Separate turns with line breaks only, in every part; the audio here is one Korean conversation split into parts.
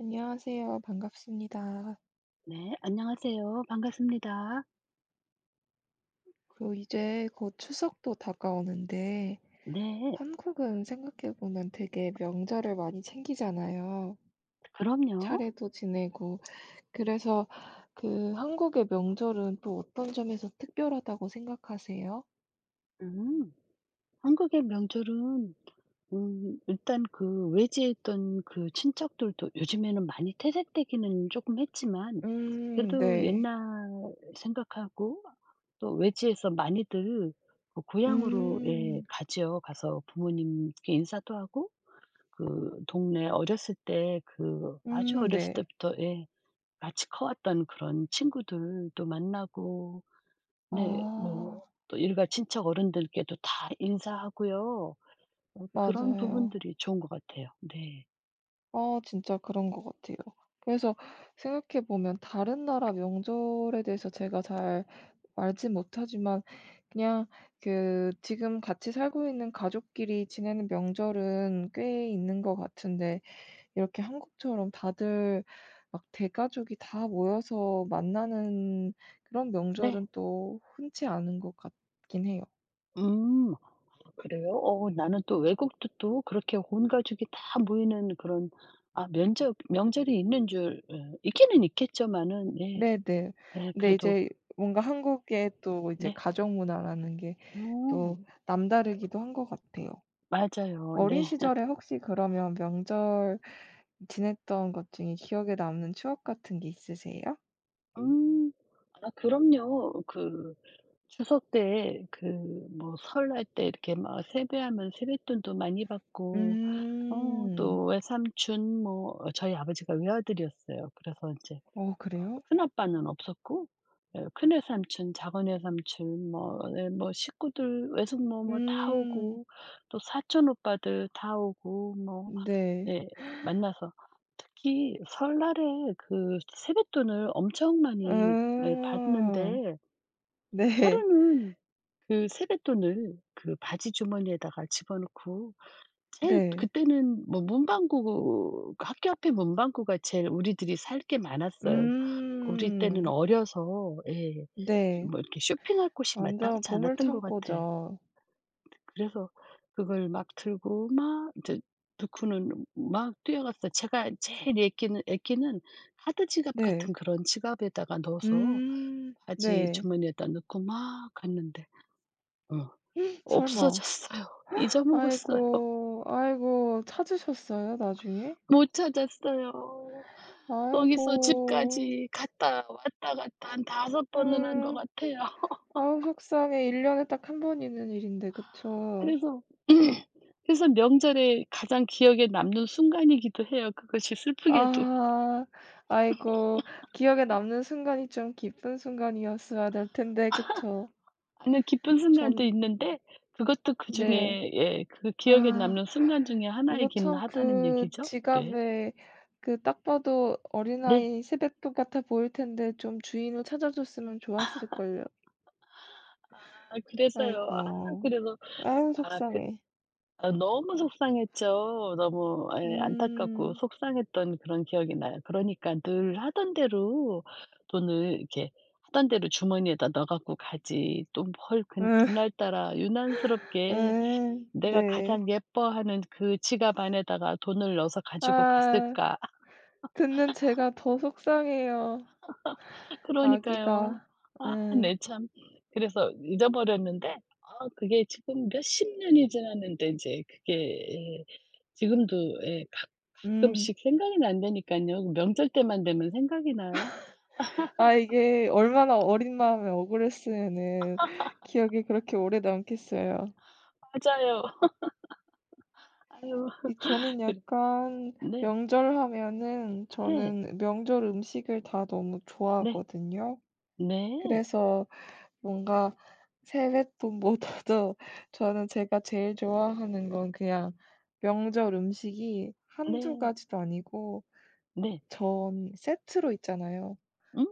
안녕하세요. 반갑습니다.
네, 안녕하세요. 반갑습니다.
그 이제 곧 추석도 다가오는데
네,
한국은 생각해 보면 되게 명절을 많이 챙기잖아요.
그럼요.
차례도 지내고. 그래서 그 한국의 명절은 또 어떤 점에서 특별하다고 생각하세요?
음, 한국의 명절은 일단 그 외지에 있던 그 친척들도 요즘에는 많이 퇴색되기는 조금 했지만 그래도
네.
옛날 생각하고 또 외지에서 많이들 그 고향으로 예,
음.
가죠. 가서 부모님께 인사도 하고 그 동네 어렸을 때 그 아주 어렸을
네.
때부터 예, 같이 커왔던 그런 친구들도 만나고. 네. 뭐
아
또 일가 친척 어른들께도 다 인사하고요. 그런
맞아요.
부분들이 좋은 것 같아요. 네.
아 진짜 그런 것 같아요. 그래서 생각해 보면 다른 나라 명절에 대해서 제가 잘 알진 못하지만 그냥 그 지금 같이 살고 있는 가족끼리 지내는 명절은 꽤 있는 것 같은데 이렇게 한국처럼 다들 막 대가족이 다 모여서 만나는 그런
네.
명절은 또 흔치 않은 것 같긴 해요.
음. 그래요? 나는 또 외국도 또 그렇게 온 가족이 다 모이는 그런 면적 명절이 있는 줄 있기는 있겠지만은. 네.
네네.
네,
근데
그래도.
이제 뭔가 한국의 또 이제
네.
가족 문화라는 게 또
음.
남다르기도 한 것 같아요.
맞아요.
어린
네.
시절에 혹시 그러면 명절 지냈던 것 중에 기억에 남는 추억 같은 게 있으세요?
음. 그럼요. 그 추석 때, 그 뭐 설날 때 이렇게 막 세배하면 세뱃돈도 많이 받고
음.
또 외삼촌 뭐 저희 아버지가 외아들이었어요. 그래서 이제
어 그래요?
큰아빠는 없었고 예, 큰 외삼촌, 작은 외삼촌, 뭐 예 뭐 식구들 외숙모 뭐 다
음.
오고 또 사촌 오빠들 다 오고. 뭐
네.
예 만나서 특히 설날에 그 세뱃돈을 엄청 많이 예
음.
받는데,
네.
하루는 그 세뱃돈을 그 바지 주머니에다가 집어넣고, 제일
네.
그때는 뭐 문방구, 학교 앞에 문방구가 제일 우리들이 살 게 많았어요. 우리 때는
음.
어려서 예.
네.
뭐 이렇게 쇼핑할 곳이
완전
마땅치 않았던 것 같아.
보물창고죠.
그래서 그걸 막 들고 막 이제 두쿠는 막 뛰어갔어요. 제가 제일 애끼는 카드 지갑
네.
같은 그런 지갑에다가 넣어서
음.
바지
네.
주머니에다 넣고 막 갔는데 어
설마.
없어졌어요. 잊어먹었어요.
아이고, 아이고 찾으셨어요 나중에?
못 찾았어요. 거기서
아이고.
집까지 갔다 왔다 갔다 한 다섯 번은 한 것
음.
같아요.
아우 속상해. 1 년에 딱 한 번 있는 일인데 그쵸?
그래서 그래서 명절에 가장 기억에 남는 순간이기도 해요, 그것이 슬프게도.
아. 아이고 기억에 남는 순간이 좀 기쁜 순간이었어야 될 텐데 그쵸?
아니면 기쁜 순간도
전
있는데, 그것도
네.
그중에 예 그 기억에
아
남는 순간 중에
이거
하나이긴
참
하다는
그
얘기죠. 네.
지갑에 그 딱 봐도
네.
어린아이 세뱃돈 같아 보일 텐데 좀 주인을 찾아줬으면 좋았을걸요.
그래서요. 아
아이고.
그래서
아유
아그
속상해.
아 너무 속상했죠. 너무 예 안타깝고
음.
속상했던 그런 기억이 나요. 그러니까 늘 하던 대로 돈을 이렇게 하던 대로 주머니에다 넣어 갖고 가지, 또 헐 그 그날따라 유난스럽게 내가
네.
가장 예뻐하는 그 지갑 안에다가 돈을 넣어서 가지고
아.
갔을까.
듣는 제가 더 속상해요.
그러니까요.
아기가. 예.
네, 참. 그래서 잊어버렸는데 그게 지금 몇십 년이 지났는데 이제 그게 예 지금도 예
음.
가끔씩 생각이 난다니깐요. 명절 때만 되면 생각이 나요.
아 이게 얼마나 어린 마음에 억울했으면은 기억이 그렇게 오래 남겠어요.
맞아요. 아유.
이 저는
그
약간
네.
명절 하면은
네.
저는 명절 음식을 다 너무
네.
좋아하거든요.
네.
그래서 뭔가 세뱃돈보다도 저는 제가 제일 좋아하는 건 그냥 명절 음식이 한두
네.
가지도 아니고 막
네.
전 세트로 있잖아요.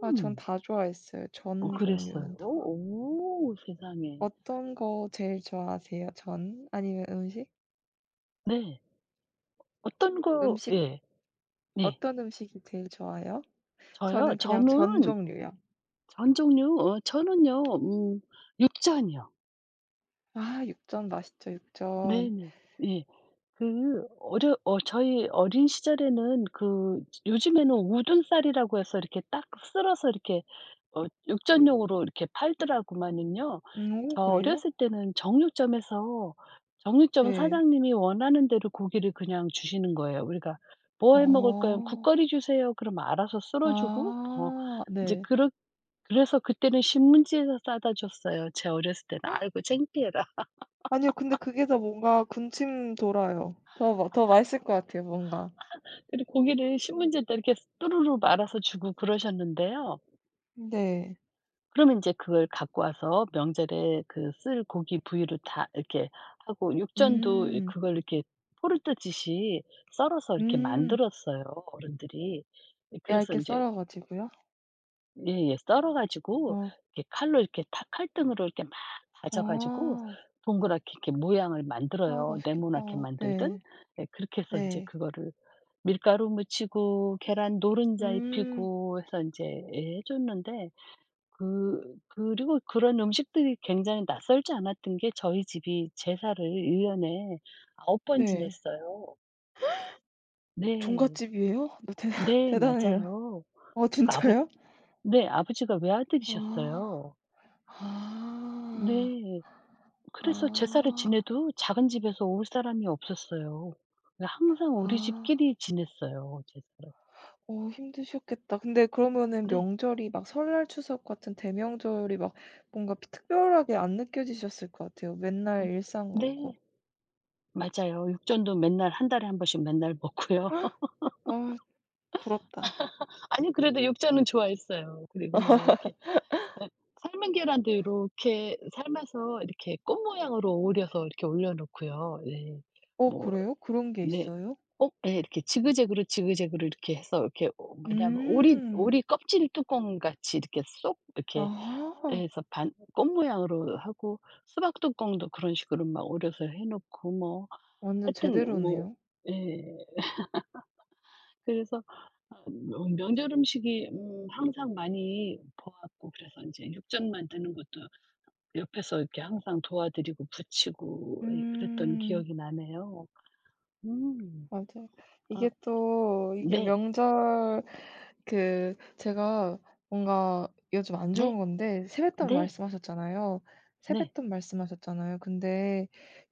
아 전 다 좋아했어요. 전
그랬어요?
종류는 다.
오, 세상에.
어떤 거 제일 좋아하세요? 전 아니면 음식?
네. 어떤 거
음식
예. 네.
어떤 음식이 제일 좋아요?
저요?
저는 그냥
저는
전 종류요.
전 종류 저는요. 육전이요.
아 육전 맛있죠, 육전.
네네. 예. 그 어려 어 저희 어린 시절에는 그 요즘에는 우둔 쌀이라고 해서 이렇게 딱 쓸어서 이렇게 육전용으로 이렇게 팔더라고만은요.
오
저
그래요?
어렸을 때는 정육점에서 정육점
네.
사장님이 원하는 대로 고기를 그냥 주시는 거예요. 우리가 "뭐 해 먹을 거야?"
어.
"국거리 주세요." 그러면 알아서 썰어 주고 뭐
아
인제
네.
그렇 그래서 그때는 신문지에서 싸다 줬어요. 제 어렸을 때는. "아이고 창피해라."
아니요. 근데 그게 더 뭔가 군침 돌아요. 더 마 더 맛있을 것 같아요, 뭔가.
그리고 고기를 신문지에다 이렇게 스 또르르 말아서 주고 그러셨는데요.
네.
그러면 이제 그걸 갖고 와서 명절에 그 쓸 고기 부위로 다 이렇게 하고, 육전도 이
음.
그걸 이렇게 포를 뜨듯이 썰어서 이렇게
음.
만들었어요, 어른들이. 예, 그래서
얇게
인제
썰어 가지고요?
예예, 썰어 가지고
어.
이렇게 칼로 이렇게 탁 칼등으로 이렇게 막 다져 가지고
아.
동그랗게 이렇게 모양을
아
만들어요.
맛있겠다.
네모나게 만들든.
네.
예, 그렇게 해서 인제
네.
그거를 밀가루 묻히고 계란 노른자
음
입히고 해서 인제 예 해 줬는데, 그리고 그런 음식들이 굉장히 낯설지 않았던 게 저희 집이 제사를 1년 년에 9번
네.
지냈어요. 네.
종갓집이에요? 너 대단
네,
대단해요.
맞아요.
어
그리고 아버
진짜요?
네, 아버지가
아.
외아들이셨어요.
아.
네. 그래서 제사를
아.
지내도 작은 집에서 올 사람이 없었어요. 네, 항상 우리
아.
집끼리 지냈어요, 제사를.
어 힘드셨겠다. 근데 그러면은
네.
명절이 막 설날, 추석 같은 대명절이 막 뭔가 특별하게 안 느껴지셨을 것 같아요.
음.
맨날 일상 같고.
네. 맞아요. 육전도 맨날 한 달에 한 번씩 맨날 먹고요.
아 부럽다.
아니, 그래도 육전은 좋아했어요. 그리고 뭐 이렇게 예, 삶은 계란도 요렇게 삶아서 이렇게 꽃 모양으로 오려서 이렇게 올려 놓고요. 네.
어
뭐
그래요? 그런 게
네.
있어요?
예, 이렇게 지그재그로, 지그재그로 이렇게 해서 이렇게 어 뭐냐면 오리
음.
오리 껍질 뚜껑같이 이렇게 쏙 이렇게
아.
해서 반 꽃 모양으로 하고 수박 뚜껑도 그런 식으로 막 오려서 해 놓고 뭐
완전
하여튼 뭐
제대로네요.
예. 그래서 뭐 명절 음식이 항상 많이 보았고, 그래서 인제 육전 만드는 것도 옆에서 이렇게 항상 도와드리고 붙이고 예 그랬던
음.
기억이 나네요. 음.
맞아요.
아
이게 또 이게
네.
명절 그 제가 뭔가 요즘 안
네.
좋은 건데 세뱃돈
네.
말씀하셨잖아요.
네.
세뱃돈 말씀하셨잖아요. 근데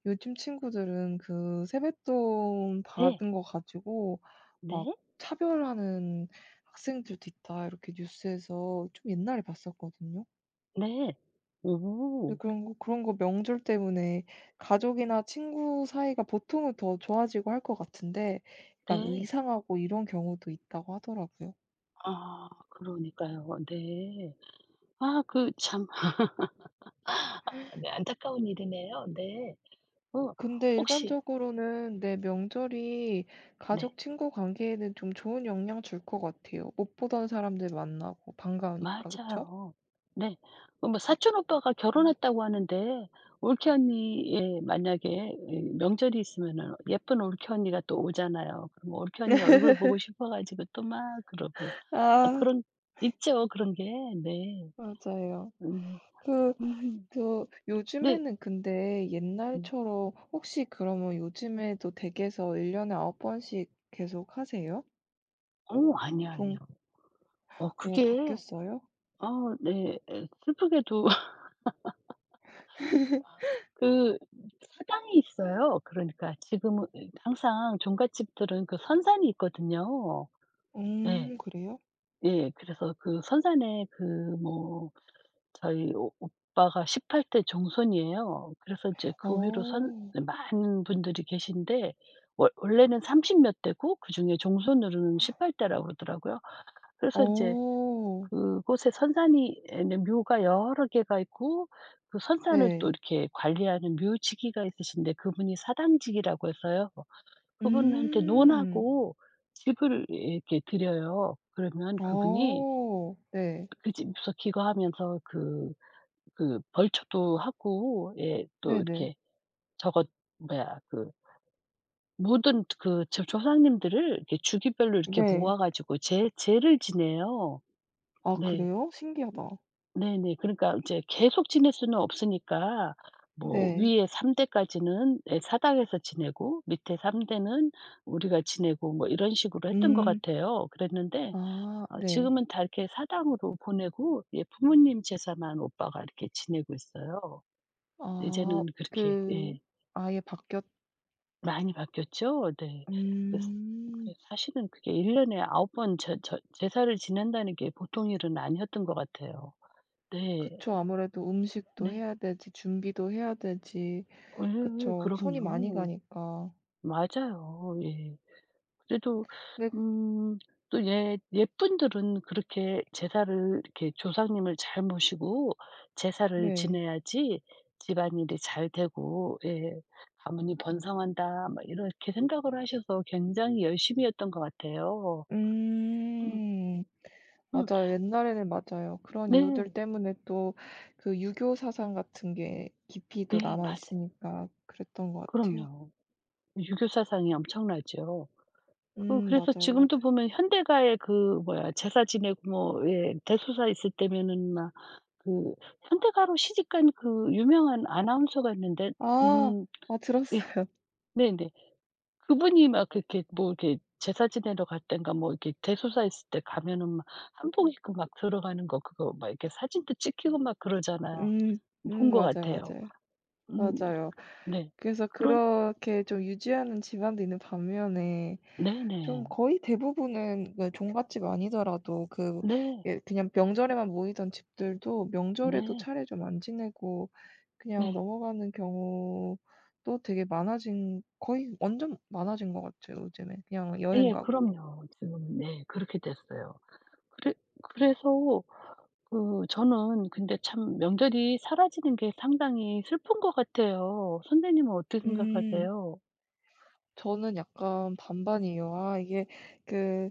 요즘 친구들은 그 세뱃돈
네.
받은 거 가지고 막
네.
차별하는 학생들도 있다 이렇게 뉴스에서 좀 옛날에 봤었거든요.
네.
네
오.
그런 거 그런 거 명절 때문에 가족이나 친구 사이가 보통은 더 좋아지고 할 것 같은데 약간
네.
의상하고 이런 경우도 있다고 하더라고요.
그러니까요. 네. 그 참. 아 네, 안타까운 일이네요. 네. 어
근데
혹시.
일반적으로는 내 명절이
네.
가족 친구 관계에는 좀 좋은 영향 줄 것 같아요. 못 보던 사람들 만나고 반가우니까 그쵸?
맞아요. 네. 뭐 사촌 오빠가 결혼했다고 하는데, 올케 언니의 만약에 이 명절이 있으면은 예쁜 올케 언니가 또 오잖아요. 그럼 올케 언니 얼굴 보고 싶어 가지고 또 막 그러고.
아
그런. 있죠, 그런 게. 네.
맞아요.
음.
그
음.
그
네.
요즘에는 근데
음.
옛날처럼 혹시 그러면 요즘에도 댁에서 1 년에 9 번씩 계속 하세요?
아니요, 아니요.
종
어
어
그게
바뀌었어요?
어 네, 예 슬프게도. 그 사당이 있어요. 그러니까 지금은 항상 종갓집들은 그 선산이 있거든요. 예.
그래요?
예. 그래서 그 선산에 그 뭐 저희 오 오빠가 18대 종손이에요. 그래서 이제 그 위로 선
어.
많은 분들이 계신데 원 원래는 30몇 대고 그중에 종손으로는 18 대라고 그러더라고요. 그래서 이제
어.
그곳에 선산이 에는 묘가 여러 개가 있고, 그 선산을 또
네.
이렇게 관리하는 묘지기가 있으신데 그분이 사당직이라고 해서요. 음. 그분한테
음.
논하고 집을 이렇게 드려요. 그러면 그분이
어. 네.
그 집에서 기거하면서 그 벌초도 하고 예 또
네네.
이렇게 저거 뭐야 그 모든 그 조 조상님들을 이렇게 주기별로 이렇게
네.
모아 가지고 제 제를 지내요.
아
네.
그래요? 신기하다.
네네. 그러니까 이제 계속 지낼 수는 없으니까 뭐
네.
위에 3 대까지는 예 사당에서 지내고 밑에 3 대는 우리가 지내고 뭐 이런 식으로 했던 것
음.
같아요. 그랬는데
아 네.
지금은 다 이렇게 사당으로 보내고 예 부모님 제사만 오빠가 이렇게 지내고 있어요.
아
이제는 그렇게
그
예
아예 바뀌었
많이 바뀌었죠. 네. 그래서 그
음.
사실은 그게 1년 년에 9 번 제 저 제사를 지낸다는 게 보통 일은 아니었던 것 같아요. 네.
그쵸. 아무래도 음식도
네.
해야 되지 준비도 해야 되지.
예. 예,
그쵸. 손이 많이
그럼요.
가니까.
맞아요. 예. 그래도
근데
음 또 예 옛분들은 그렇게 제사를 이렇게 조상님을 잘 모시고 제사를
네.
지내야지 집안일이 잘 되고 예 '가문이 번성한다.' 막 이렇게 생각을 하셔서 굉장히 열심히 했던 것 같아요. 음
음.
음
맞아요. 옛날에는 맞아요. 그런 이유들
네.
때문에 또 그 유교 사상 같은 게 깊이 또
네,
남아
맞아요.
있으니까 그랬던 것 같아요.
그럼요. 유교 사상이 엄청나죠. 그래서
맞아요,
지금도
맞아요.
보면 현대가의 그 뭐야 제사 지내고 뭐 예 대소사 있을 때면은 막 그 현대가로 시집 간 그 유명한 아나운서가 있는데
아.
음
아
예
들었어요.
네네. 그분이 막 그렇게 뭐 이렇게 제사 지내러 갈 땐가 뭐 이렇게 대소사 있을 때 가면은 막 한복 입고 막 들어가는 거 그거 막 이렇게 사진도 찍히고 막 그러잖아요.
음.
본 것
맞아요,
같아요.
맞아요.
음.
맞아요.
네.
그래서
그런
그렇게 좀 유지하는 집안도 있는 반면에 좀
네네.
거의 대부분은 그 종갓집 아니더라도 그
네. 네.
예 그냥 명절에만 모이던 집들도 명절에도
네,
차례 좀 안 지내고 그냥
네.
넘어가는 경우도 되게 많아진 거의 완전 많아진 것 같아요 요즘에 그냥 여행
예.
가고.
그럼요. 지금 네 그렇게 됐어요. 그래 그래서 그 저는 근데 참 명절이 사라지는 게 상당히 슬픈 것 같아요. 선생님은 어떻게
음.
생각하세요?
저는 약간 반반이에요. 아 이게 그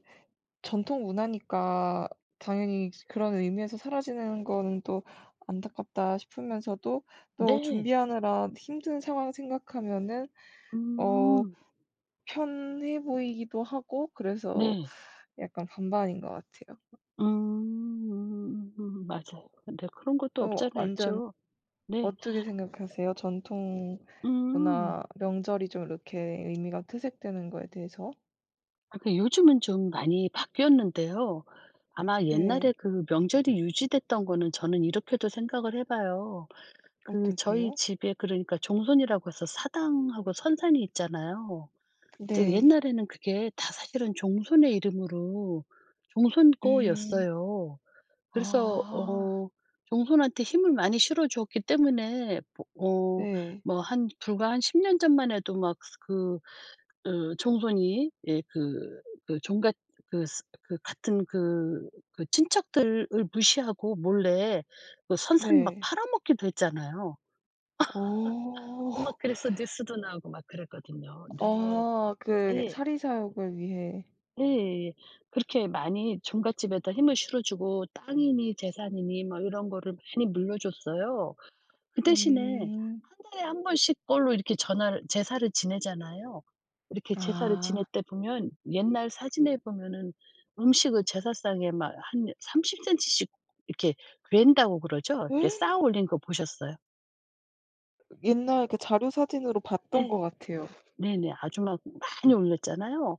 전통 문화니까 당연히 그런 의미에서 사라지는 거는 또 안타깝다 싶으면서도 또
네.
준비하느라 힘든 상황 생각하면은 어
음.
편해 보이기도 하고 그래서
네.
약간 반반인 것 같아요.
음. 맞아요. 근데 그런 것도
어
없잖아
완전
있죠. 네.
어떻게 생각하세요? 전통
음.
문화 명절이 좀 이렇게 의미가 퇴색되는 거에 대해서?
그 요즘은 좀 많이 바뀌었는데요. 아마
네.
옛날에 그 명절이 유지됐던 거는 저는 이렇게도 생각을 해 봐요.
어떻
그
게요
저희 집에 그러니까 종손이라고 해서 사당하고 선산이 있잖아요. 이제
네.
옛날에는 그게 다 사실은 종손의 이름으로 종손
음.
거였어요. 그래서
아.
종손한테 힘을 많이 실어 주었기 때문에 뭐
네.
뭐 한 불과 한 10년 전만 해도 막 그 종손이 예 그 그 종갓 그 스 그 같은 그 그 친척들을 무시하고 몰래 그 선산 막
네.
팔아먹기도 했잖아요.
오
막 그래서 뉴스도 나오고 막 그랬거든요. 네.
아 그
예.
사리 사욕을 위해.
예. 예. 그렇게 많이 종갓집에다 힘을 실어주고 땅이니 재산이니 막 이런 거를 많이 물려줬어요. 그 대신에
음.
한 달에 한 번씩 걸로 이렇게 전화를 제사를 지내잖아요. 이렇게 제사를
아.
지낼 때 보면 옛날 사진에 보면은 음식을 제사상에 막 한 30 센티씩 이렇게 괸다고 그러죠? 이렇게 쌓아 올린 거 보셨어요?
옛날 그 자료 사진으로 봤던
예.
것 같아요.
네네. 아주 막 많이 올렸잖아요.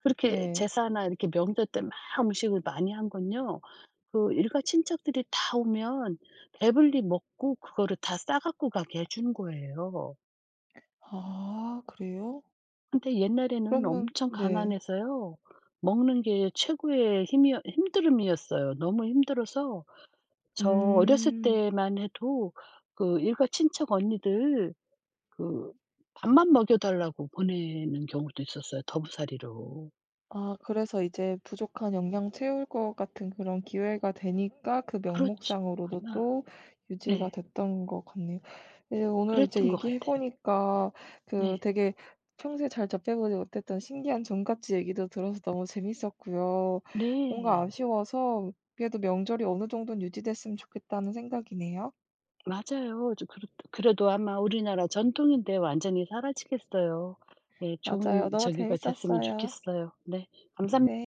그렇게
네.
제사나 이렇게 명절 때 막 음식을 많이 한 건요. 그 일가 친척들이 다 오면 배불리 먹고 그거를 다 싸 갖고 가게 해준 거예요.
아 그래요?
근데 옛날에는
그러면
엄청
네.
가난해서요. 먹는 게 최고의 힘이 힘들음이었어요. 너무 힘들어서 저 어렸을
음.
때만 해도 그 일가 친척 언니들 그 밥만 먹여 달라고 보내는 경우도 있었어요, 더부살이로.
아 그래서 이제 부족한 영양 채울 것 같은 그런 기회가 되니까 그
그렇지.
명목상으로도
아마
또 유지가
네,
됐던 것 같네요. 예 오늘 이제
그랬던 것
얘기해
같아요.
보니까 그
네.
되게 평소에 잘 접해보지 못했던 신기한 종갓집 얘기도 들어서 너무 재밌었고요. 뭔가
네.
아쉬워서 그래도 명절이 어느 정도는 유지됐으면 좋겠다는 생각이네요.
맞아요. 저 그렇 그래도 아마 우리나라 전통인데 완전히 사라지겠어요. 예,
맞아요.
좋은
너무
저기가 됐으면
재밌었어요.
좋겠어요. 네. 감사합
네.